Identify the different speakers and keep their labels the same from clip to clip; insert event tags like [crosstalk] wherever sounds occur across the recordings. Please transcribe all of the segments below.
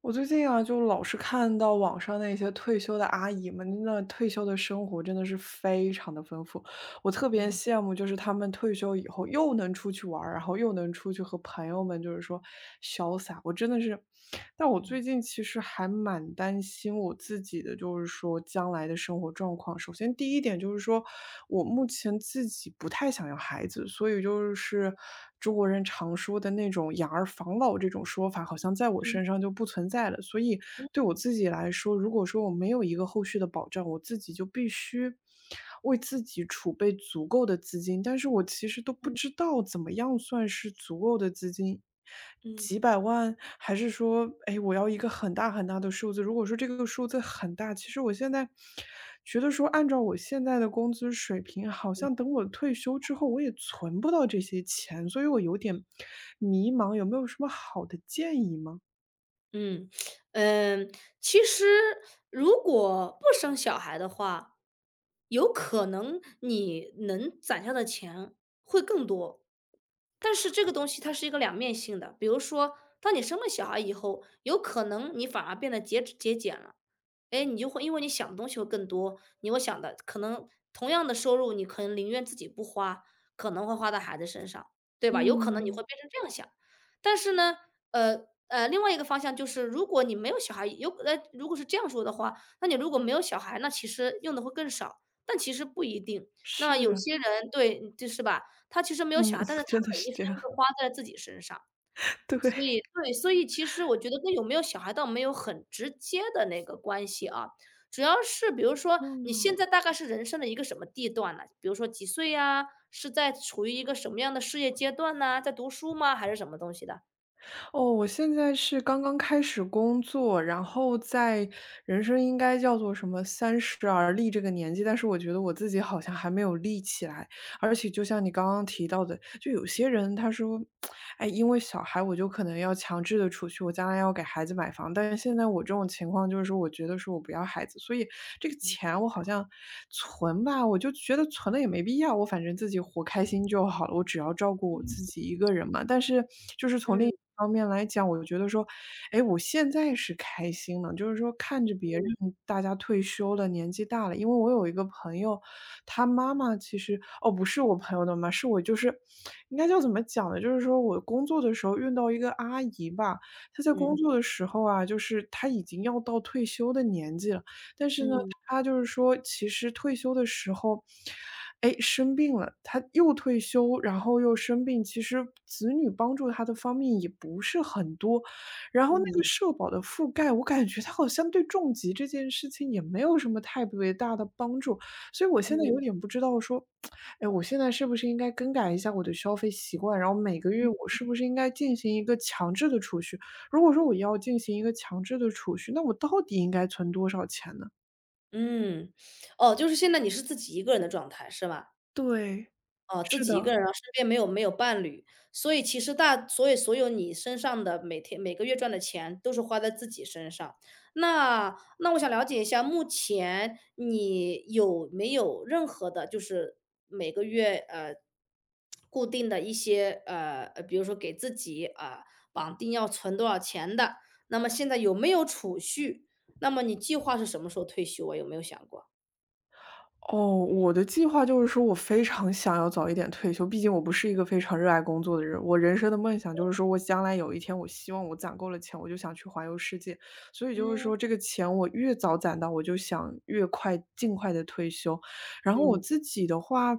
Speaker 1: 我最近啊，就老是看到网上那些退休的阿姨们，那退休的生活真的是非常的丰富。我特别
Speaker 2: 嗯
Speaker 1: 羡慕，就是他们退休以后又能出去玩儿，然后又能出去和朋友们就是说潇洒。我真的是，但我最
Speaker 2: 嗯
Speaker 1: 近其实还蛮担心我自己的，就是说将来的生活状况。首先第一点就是说，我目前自己不太想要孩子，所以就是中国人常说的那种“养儿防老”这种说法，好像在我身
Speaker 2: 嗯
Speaker 1: 上就不存在了。所以
Speaker 2: 嗯
Speaker 1: 对我
Speaker 2: 嗯
Speaker 1: 自己来说，如果说我没有一个后续的保障，我自己就必须。为自己储备足够的资金，但是我其实都不
Speaker 2: 嗯
Speaker 1: 知道怎么样算是足够的资金，
Speaker 2: 嗯，
Speaker 1: 几百万，还是说，哎，我要一个很大很大的数字？如果说这个数字很大，其实我现在觉得说，按照我现在的工资水平，好像等我退休之后，我也存不到这些钱，所以我有点迷茫，有没有什么好的建议吗？
Speaker 2: 嗯，嗯其实如果不生小孩的话，有可能你能攒下的钱会更多。但是这个东西它是一个两面性的，比如说，当你生了小孩以后，有可能你反而变得节制节俭了。哎，你就会因为你想的东西会更多，你会想的可能同样的收入，你可能宁愿自己不花，可能会花到孩子身上，对吧？有可能你会
Speaker 1: 嗯，
Speaker 2: 变成这样想。但是呢，另外一个方向就是，如果你没有小孩，如果是这样说的话，那你如果没有小孩，那其实用的会更少，但其实不一定。那
Speaker 1: 是
Speaker 2: 有
Speaker 1: 啊
Speaker 2: 些人对，就是吧，他其实没有
Speaker 1: 嗯，
Speaker 2: 小孩，但是
Speaker 1: [laughs]
Speaker 2: 他
Speaker 1: 真的是
Speaker 2: 每一分
Speaker 1: 这样，
Speaker 2: 都花在了自己身上。
Speaker 1: 对。
Speaker 2: 所以对，所以其实我觉得跟有没有小孩倒没有很直接的那个关系啊，主要是比如说
Speaker 1: [laughs]
Speaker 2: 你
Speaker 1: 嗯。
Speaker 2: 现在大概是人生的一个什么地段呢？比如说几岁呀？是在处于一个什么样的事业阶段呢？在读书吗？还是什么东西的？
Speaker 1: 哦，我现在是刚刚开始工作，然后在人生应该叫做什么“三十而立”这个年纪，但是我觉得我自己好像还没有立起来。而且就像你刚刚提到的，就有些人他说：“哎，因为小孩，我就可能要强制的储蓄，我将来要给孩子买房。”但是现在我这种情况就是说，我觉得说我不要孩子，所以这个钱我好像存吧，我就觉得存了也没必要，我反正自己活开心就好了，我只要照顾我自
Speaker 2: 嗯
Speaker 1: 己一个人嘛。但是就是从另一
Speaker 2: 嗯
Speaker 1: 方面来讲，我觉得说，哎，我现在是开心了，就是说看着别人
Speaker 2: 嗯
Speaker 1: 大家退休了，年纪大了，因为我有一个朋友，她妈妈其实哦，不是我朋友的妈，是我就是应该叫怎么讲呢？就是说我工作的时候遇到一个阿姨吧，她在工
Speaker 2: 嗯
Speaker 1: 作的时候啊，就是她已经要到退休的年纪了，但是呢，
Speaker 2: 嗯
Speaker 1: 她就是说其实退休的时候，哎，生病了，她又退休，然后又生病，其实子女帮助她的方面也不是很多。然后那个
Speaker 2: 嗯
Speaker 1: 社保的覆盖，我感觉它好像对重疾这件事情也没有什么太别大的帮助。所以我现在
Speaker 2: 嗯
Speaker 1: 有点不知道说，哎，我现在是不是应该更改一下我的消费习惯，然后每个月我是不是应该进行一个强制的储蓄？如果说我要进行一个强制的储蓄，那我到底应该存多少钱呢？
Speaker 2: 嗯，哦，就是现在你是自己一个人的状态是吧？
Speaker 1: 对。
Speaker 2: 哦，自
Speaker 1: 是
Speaker 2: 己一个
Speaker 1: 的。
Speaker 2: 人啊，然后身边没有伴侣，所以其实大所以所有你身上的每天每个月赚的钱都是花在自己身上。那我想了解一下，目前你有没有任何的就是每个月，固定的一些，比如说给自己，啊，绑定要存多少钱的，那么现在有没有储蓄？那么你计划是什么时候退休啊，有没有想过？
Speaker 1: 哦，我的计划就是说我非常想要早一点退休，毕竟我不是一个非常热爱工作的人。我人生的梦想就是说，我将来有一天，我希望我攒够了钱，我就想去环游世界。所以就是
Speaker 2: 嗯。
Speaker 1: 说，这个钱我越早攒到，我就想越快、尽快的退休。然后我
Speaker 2: 嗯，
Speaker 1: 自己的话，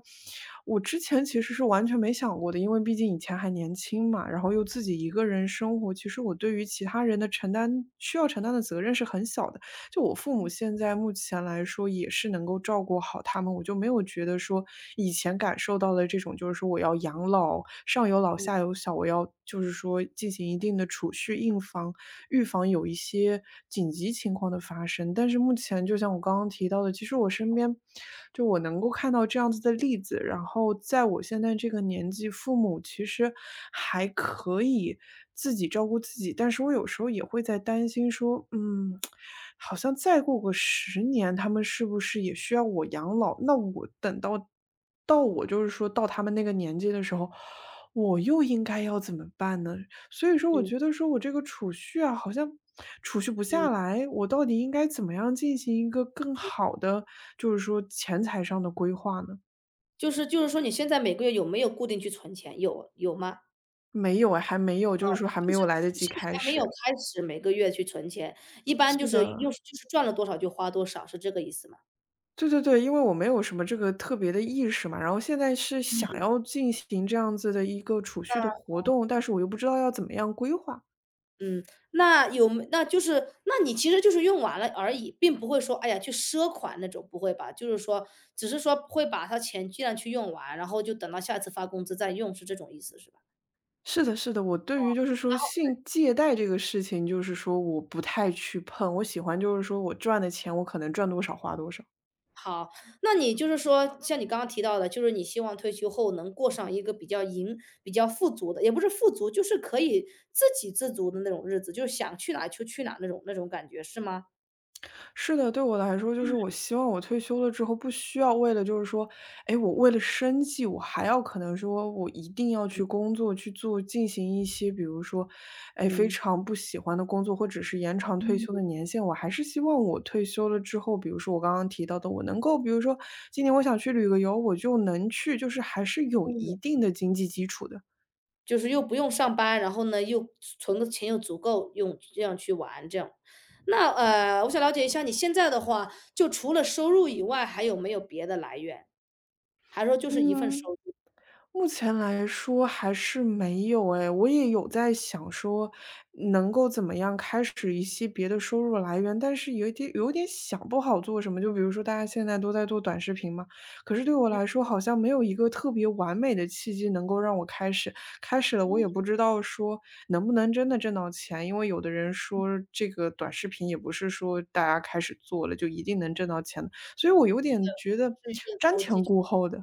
Speaker 1: 我之前其实是完全没想过的，因为毕竟以前还年轻嘛，然后又自己一个人生活，其实我对于其他人的承担需要承担的责任是很小的。就我父母现在目前来说也是能够照顾好他们，我就没有觉得说以前感受到的这种，就是说我要养老，上有老下有小，我要就是说进行一定的储蓄硬房，预防有一些紧急情况的发生。但是目前就像我刚刚提到的，其实我身边就我能够看到这样子的例子，然后在我现在这个年纪，父母其实还可以自己照顾自己，但是我有时候也会在担心说，嗯，好像再过个十年，他们是不是也需要我养老？那我等到我就是说到他们那个年纪的时候，我又应该要怎么办呢？所以说我
Speaker 2: 嗯，
Speaker 1: 觉得说我这个储蓄啊，好像储蓄不
Speaker 2: 嗯。
Speaker 1: 下来，我到底应该怎么样进行一个更好的，就是说钱财上的规划呢？
Speaker 2: 就是说你现在每个月有没有固定去存钱？有吗？
Speaker 1: 没有哎还没有，就是说还
Speaker 2: 就
Speaker 1: 没
Speaker 2: 是
Speaker 1: 有来得
Speaker 2: 就
Speaker 1: 及
Speaker 2: 现在
Speaker 1: 开
Speaker 2: 还没有
Speaker 1: 始。
Speaker 2: 开始每个月去存钱，一般就
Speaker 1: 是
Speaker 2: 是
Speaker 1: 的，
Speaker 2: 赚了多少就花多少，是这个意思吗？
Speaker 1: 对对对，因为我没有什么这个特别的意识嘛，然后现在是想
Speaker 2: 嗯。
Speaker 1: 要进行这样子的一个储蓄的
Speaker 2: 那
Speaker 1: 活动，但是我又不知道要怎么样规划。
Speaker 2: 嗯，那有没那就是那你其实就是用完了而已，并不会说，哎呀，去赊款那种，不会吧？就是说只是说会把他钱尽量去用完，然后就等到下次发工资再用，是这种意思是吧？
Speaker 1: 是的，是的，我对于就是说性借贷这个事情，就是说我不太去碰。我喜欢就是说我赚的钱，我可能赚多少花多少。
Speaker 2: 好，那你就是说，像你刚刚提到的，就是你希望退休后能过上一个比较盈、比较富足的，也不是富足，就是可以自给自足的那种日子，就是想去哪就去哪那种那种感觉，是吗？
Speaker 1: 是的，对我来说，就是
Speaker 2: 嗯。
Speaker 1: 我希望我退休了之后，不需要为了就是说，哎，我为了生计，我还要可能说我一定要去工作去做，进行一些比如说，哎，非
Speaker 2: 嗯，
Speaker 1: 常不喜欢的工作，或者是延长退休的
Speaker 2: 嗯。
Speaker 1: 年限。我还是希望我退休了之后，比如说我刚刚提到的，我能够，比如说今年我想去旅个游，我就能去，就是还是有一
Speaker 2: 嗯
Speaker 1: 定的经济基础的。
Speaker 2: 就是又不用上班，然后呢，又存的钱又足够用，这样去玩这样。那我想了解一下你现在的话，就除了收入以外，还有没有别的来源？还是说就是一份收
Speaker 1: 嗯，
Speaker 2: 入？
Speaker 1: 目前来说还是没有哎，我也有在想说，能够怎么样开始一些别的收入来源，但是有点想不好做什么。就比如说大家现在都在做短视频嘛，可是对我来说好像没有一个特别完美的契机能够让我开始，开始了我也不
Speaker 2: 嗯，
Speaker 1: 知道说能不能真的挣到钱，因为有的人说这个短视频也不是说大家开始做了就一定能挣到钱的，所以我有点觉得
Speaker 2: 是一个
Speaker 1: 瞻
Speaker 2: 投机
Speaker 1: 前
Speaker 2: 取
Speaker 1: 顾后的。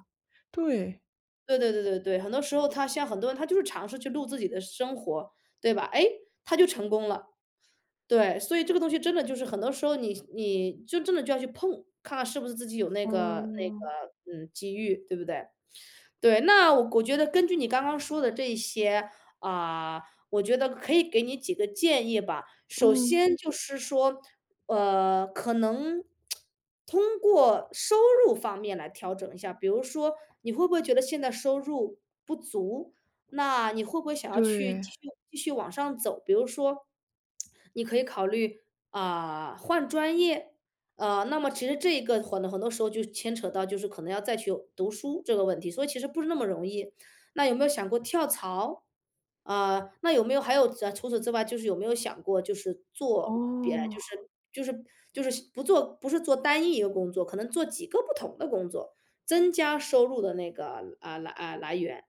Speaker 1: 对。
Speaker 2: 对对对对对，很多时候他像很多人，他就是尝试去录自己的生活，对吧？哎，他就成功了。对，所以这个东西真的就是很多时候你就真的就要去碰，看看是不是自己有那个，
Speaker 1: 哦，
Speaker 2: 机遇，对不对？对，那我觉得根据你刚刚说的这些，啊，我觉得可以给你几个建议吧。首
Speaker 1: 嗯。
Speaker 2: 先就是说，呃，可能通过收入方面来调整一下，比如说你会不会觉得现在收入不足？那你会不会想要去
Speaker 1: 对，
Speaker 2: 继续往上走？比如说，你可以考虑啊，换专业，呃，那么其实这一个很很多时候就牵扯到，就是可能要再去读书这个问题，所以其实不是那么容易。那有没有想过跳槽？啊，那有没有还有除此之外，就是有没有想过，就是做别就
Speaker 1: 哦，
Speaker 2: 是就是就是不做不是做单一一个工作，可能做几个不同的工作，增加收入的那个来源。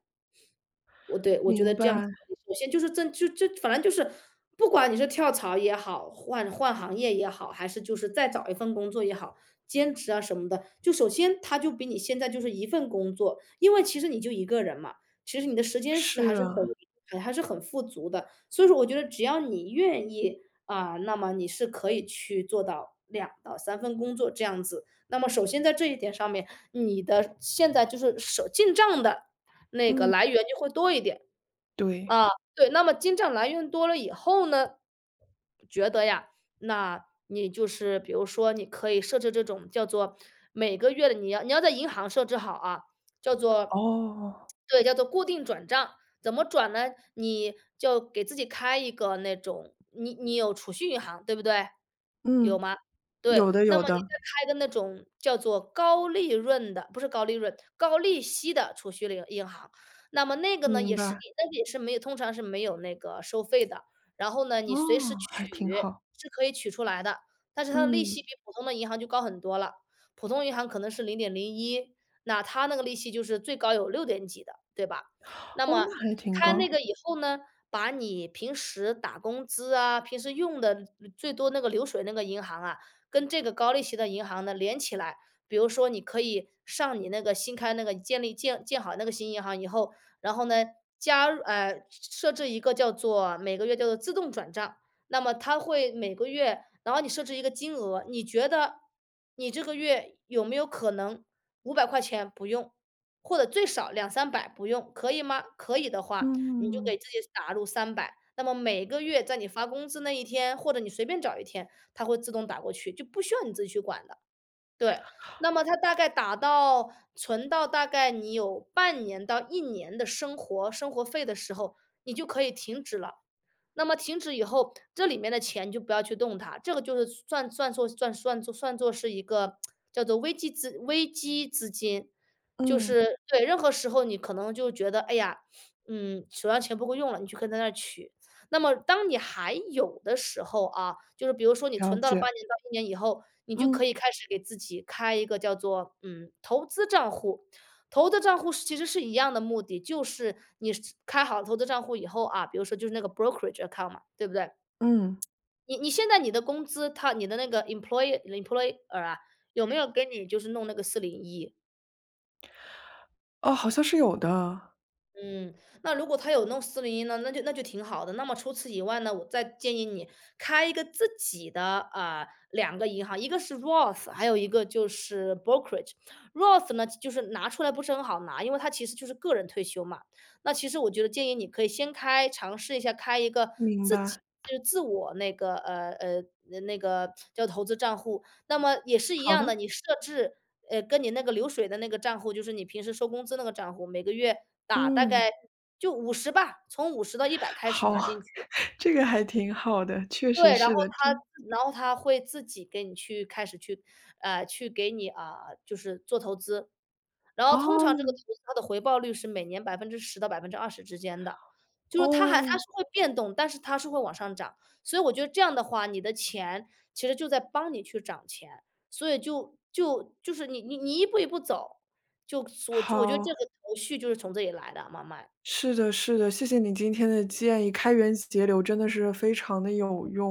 Speaker 2: 我对，我觉得
Speaker 1: 明
Speaker 2: 这样子
Speaker 1: 白，
Speaker 2: 首先就是正就就反正就是不管你是跳槽也好，换行业也好，还是就是再找一份工作也好，兼职啊什么的，就首先它就比你现在就是一份工作，因为其实你就一个人嘛，其实你的时间是
Speaker 1: 是
Speaker 2: 还是很
Speaker 1: 啊。
Speaker 2: 还还是很富足的，所以说我觉得只要你愿意啊，那么你是可以去做到两到三份工作这样子。那么首先在这一点上面，你的现在就是手进账的那个
Speaker 1: 嗯。
Speaker 2: 来源就会多一点。
Speaker 1: 对，
Speaker 2: 啊，对，那么经常来源多了以后呢，觉得呀，那你就是比如说你可以设置这种叫做每个月的你要在银行设置好啊，叫做
Speaker 1: 哦。
Speaker 2: 对，叫做固定转账。怎么转呢？你就给自己开一个那种你有储蓄银行，对不对？有
Speaker 1: 嗯。
Speaker 2: 吗？对，
Speaker 1: 有的
Speaker 2: 那
Speaker 1: 有
Speaker 2: 么你
Speaker 1: 的，
Speaker 2: 再开一个那种叫做高利润的，不是高利润，高利息的储蓄银行，那么那个呢，
Speaker 1: 明
Speaker 2: 也是
Speaker 1: 白。
Speaker 2: 那个也是没有通常是没有那个收费的，然后呢，
Speaker 1: 哦，
Speaker 2: 你随时取
Speaker 1: 还挺好。
Speaker 2: 是可以取出来的，但是它的利
Speaker 1: 嗯。
Speaker 2: 息比普通的银行就高很多了。普通银行可能是0.01，那它那个利息就是最高有六点几的，对吧？那
Speaker 1: 哦，
Speaker 2: 么
Speaker 1: 那还
Speaker 2: 你
Speaker 1: 挺
Speaker 2: 开那嗯
Speaker 1: 高。
Speaker 2: 个以后呢，把你平时打工资啊，平时用的最多那个流水那个银行啊，跟这个高利息的银行呢连起来比如说你可以上你那个新开那个建立建建好那个新银行以后，然后呢，加入设置一个叫做每个月叫做自动转账，那么它会每个月，然后你设置一个金额，你觉得你这个月有没有可能500块钱不用，或者最少两三百不用，可以吗？可以的话，你就
Speaker 1: 嗯，
Speaker 2: 给自己打入三百，那么每个月在你发工资那一天，或者你随便找一天，它会自动打过去，就不需要你自己去管的。对，那么它大概打到存到大概你有半年到一年的生活费的时候，你就可以停止了。那么停止以后，这里面的钱你就不要去动它，这个就是算作是一个叫做危机资金。就
Speaker 1: 嗯。
Speaker 2: 是对，任何时候你可能就觉得，哎呀，嗯，手上钱不够用了，你就可以在那儿取。那么当你还有的时候啊，就是比如说你
Speaker 1: 了
Speaker 2: 存到了半
Speaker 1: 解。
Speaker 2: 年到一年以后，你就可
Speaker 1: 嗯。
Speaker 2: 以开始给自己开一个叫做，嗯，投资账户。投资账户其实是一样的目的，就是你是开好投资账户以后啊，比如说就是那个 brokerage account 嘛，对不对？
Speaker 1: 嗯，
Speaker 2: 你现在你的工资，他你的那个 employer 啊，有没有给你就是弄那个四零一？
Speaker 1: 哦，好像是有的。
Speaker 2: 嗯，那如果他有弄四零一呢，那就挺好的。那么除此以外呢，我再建议你开一个自己的，啊两个银行，一个是 Roth，还有一个就是 Brokerage。Roth 呢，就是拿出来不是很好拿，因为它其实就是个人退休嘛。那其实我觉得建议你可以尝试一下开一个
Speaker 1: 明
Speaker 2: 自己
Speaker 1: 白，
Speaker 2: 就是自我那个，呃，呃，那个叫投资账户，那么也是一
Speaker 1: 好
Speaker 2: 样的，
Speaker 1: 的。
Speaker 2: 你设置，跟你那个流水的那个账户，就是你平时收工资那个账户，每个月打大概
Speaker 1: 嗯。
Speaker 2: 就五十吧，从50到100开始
Speaker 1: 好，
Speaker 2: 打进去。
Speaker 1: [laughs] 这个还挺好的，确实
Speaker 2: 对，
Speaker 1: 是的，
Speaker 2: 然后他会自己给你去开始去给你，啊，就是做投资。然后通
Speaker 1: 哦，
Speaker 2: 常这个投资它的回报率是每年10%到20%之间的，就是它还它
Speaker 1: 哦，
Speaker 2: 是会变动，但是它是会往上涨。所以我觉得这样的话，你的钱其实就在帮你去涨钱，所以就是你一步一步走，就我觉得这
Speaker 1: 好。
Speaker 2: 个头绪就是从这里来的，慢慢。
Speaker 1: 是的，是的，谢谢你今天的建议，开源节流真的是非常的有用。